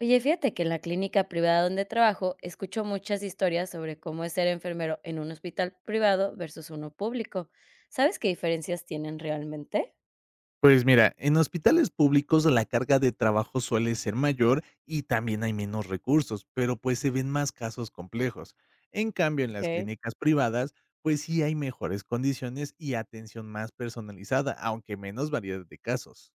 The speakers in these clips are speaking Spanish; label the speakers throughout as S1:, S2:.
S1: Oye, fíjate que en la clínica privada donde trabajo escucho muchas historias sobre cómo es ser enfermero en un hospital privado versus uno público. ¿Sabes qué diferencias tienen realmente?
S2: Pues mira, en hospitales públicos la carga de trabajo suele ser mayor y también hay menos recursos, pero pues se ven más casos complejos. En cambio, en las
S1: Ok.
S2: clínicas privadas, pues sí hay mejores condiciones y atención más personalizada, aunque menos variedad de casos.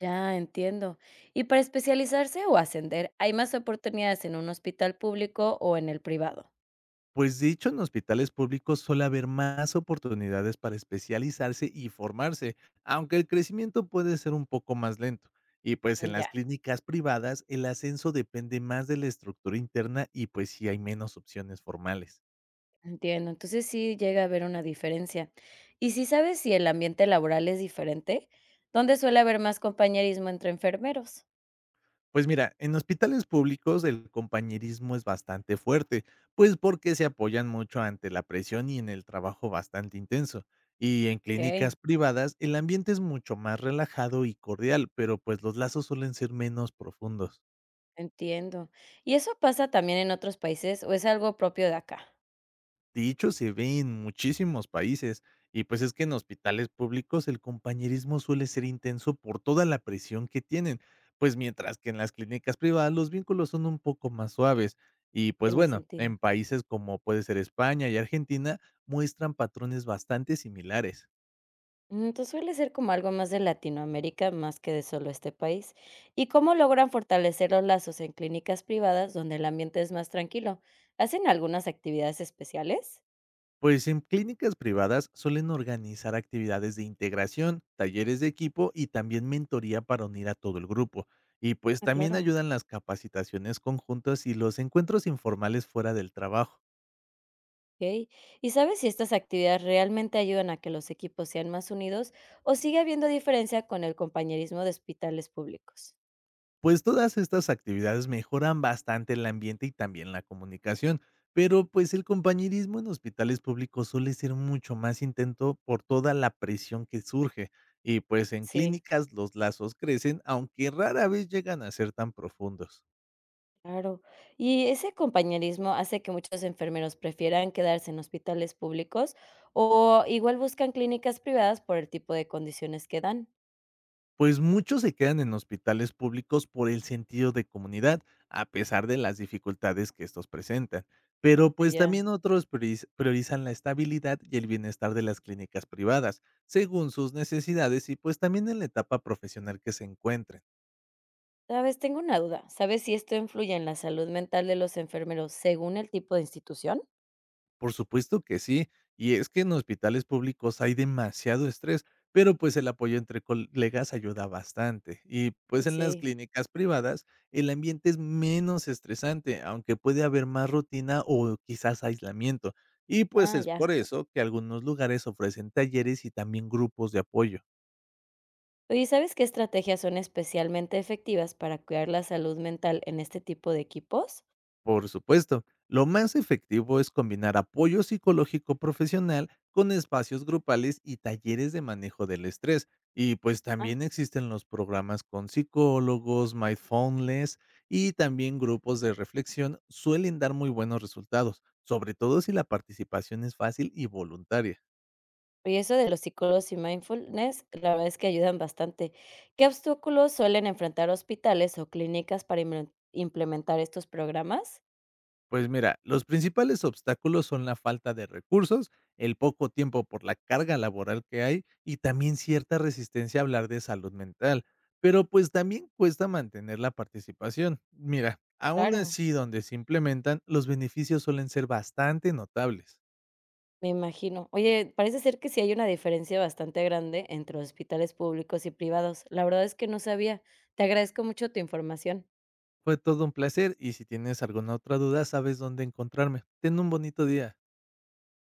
S1: Ya entiendo. ¿Y para especializarse o ascender, hay más oportunidades en un hospital público o en el privado?
S2: Pues dicho, en hospitales públicos suele haber más oportunidades para especializarse y formarse, aunque el crecimiento puede ser un poco más lento. Y pues en las
S1: Ya,
S2: clínicas privadas el ascenso depende más de la estructura interna y pues sí hay menos opciones formales.
S1: entiendo. Entonces sí llega a haber una diferencia. ¿Y si sabes si el ambiente laboral es diferente? ¿Dónde suele haber más compañerismo entre enfermeros?
S2: Pues mira, en hospitales públicos el compañerismo es bastante fuerte, pues porque se apoyan mucho ante la presión y en el trabajo bastante intenso. Y en
S1: Ok.
S2: clínicas privadas el ambiente es mucho más relajado y cordial, pero pues los lazos suelen ser menos profundos.
S1: Entiendo. ¿Y eso pasa también en otros países o es algo propio de acá?
S2: Dicho se ve en muchísimos países, y pues es que en hospitales públicos el compañerismo suele ser intenso por toda la presión que tienen, pues mientras que en las clínicas privadas los vínculos son un poco más suaves. Y pues
S1: Tiene
S2: bueno,
S1: sentido.
S2: en países como puede ser España y Argentina muestran patrones bastante similares.
S1: Mm, entonces suele ser como algo más de Latinoamérica, más que de solo este país. ¿Y cómo logran fortalecer los lazos en clínicas privadas donde el ambiente es más tranquilo? ¿Hacen algunas actividades especiales?
S2: Pues en clínicas privadas suelen organizar actividades de integración, talleres de equipo y también mentoría para unir a todo el grupo. Y pues
S1: Ah,
S2: también
S1: claro.
S2: ayudan las capacitaciones conjuntas y los encuentros informales fuera del trabajo.
S1: Ok. ¿Y sabes si estas actividades realmente ayudan a que los equipos sean más unidos o sigue habiendo diferencia con el compañerismo de hospitales públicos?
S2: Pues todas estas actividades mejoran bastante el ambiente y también la comunicación, pero pues el compañerismo en hospitales públicos suele ser mucho más intento por toda la presión que surge. Y pues en
S1: Sí.
S2: clínicas los lazos crecen, aunque rara vez llegan a ser tan profundos.
S1: Claro. ¿Y ese compañerismo hace que muchos enfermeros prefieran quedarse en hospitales públicos o igual buscan clínicas privadas por el tipo de condiciones que dan?
S2: Pues muchos se quedan en hospitales públicos por el sentido de comunidad, a pesar de las dificultades que estos presentan. Pero pues
S1: Ya.
S2: también otros priorizan la estabilidad y el bienestar de las clínicas privadas, según sus necesidades y pues también en la etapa profesional que se encuentren.
S1: Sabes, tengo una duda. ¿Sabes si esto influye en la salud mental de los enfermeros según el tipo de institución?
S2: Por supuesto que sí, y es que en hospitales públicos hay demasiado estrés, pero pues el apoyo entre colegas ayuda bastante. Y
S1: Mm,
S2: pues en las
S1: sí.
S2: clínicas privadas el ambiente es menos estresante, aunque puede haber más rutina o quizás aislamiento. Y pues
S1: Ah,
S2: es por
S1: ya.
S2: eso que algunos lugares ofrecen talleres y también grupos de apoyo.
S1: Oye, ¿sabes qué estrategias son especialmente efectivas para cuidar la salud mental en este tipo de equipos?
S2: Por supuesto, lo más efectivo es combinar apoyo psicológico profesional con espacios grupales y talleres de manejo del estrés. Y pues también existen los programas con psicólogos, mindfulness y también grupos de reflexión suelen dar muy buenos resultados, sobre todo si la participación es fácil y voluntaria.
S1: Y eso de los psicólogos y mindfulness, la verdad es que ayudan bastante. ¿Qué obstáculos suelen enfrentar hospitales o clínicas para implementar estos programas?
S2: Pues mira, los principales obstáculos son la falta de recursos, el poco tiempo por la carga laboral que hay y también cierta resistencia a hablar de salud mental. Pero pues también cuesta mantener la participación. Mira, aún
S1: Claro,
S2: así donde se implementan, los beneficios suelen ser bastante notables.
S1: me imagino. Oye, parece ser que sí hay una diferencia bastante grande entre hospitales públicos y privados. La verdad es que no sabía. Te agradezco mucho tu información.
S2: Fue todo un placer y si tienes alguna otra duda, sabes dónde encontrarme. Ten un bonito día.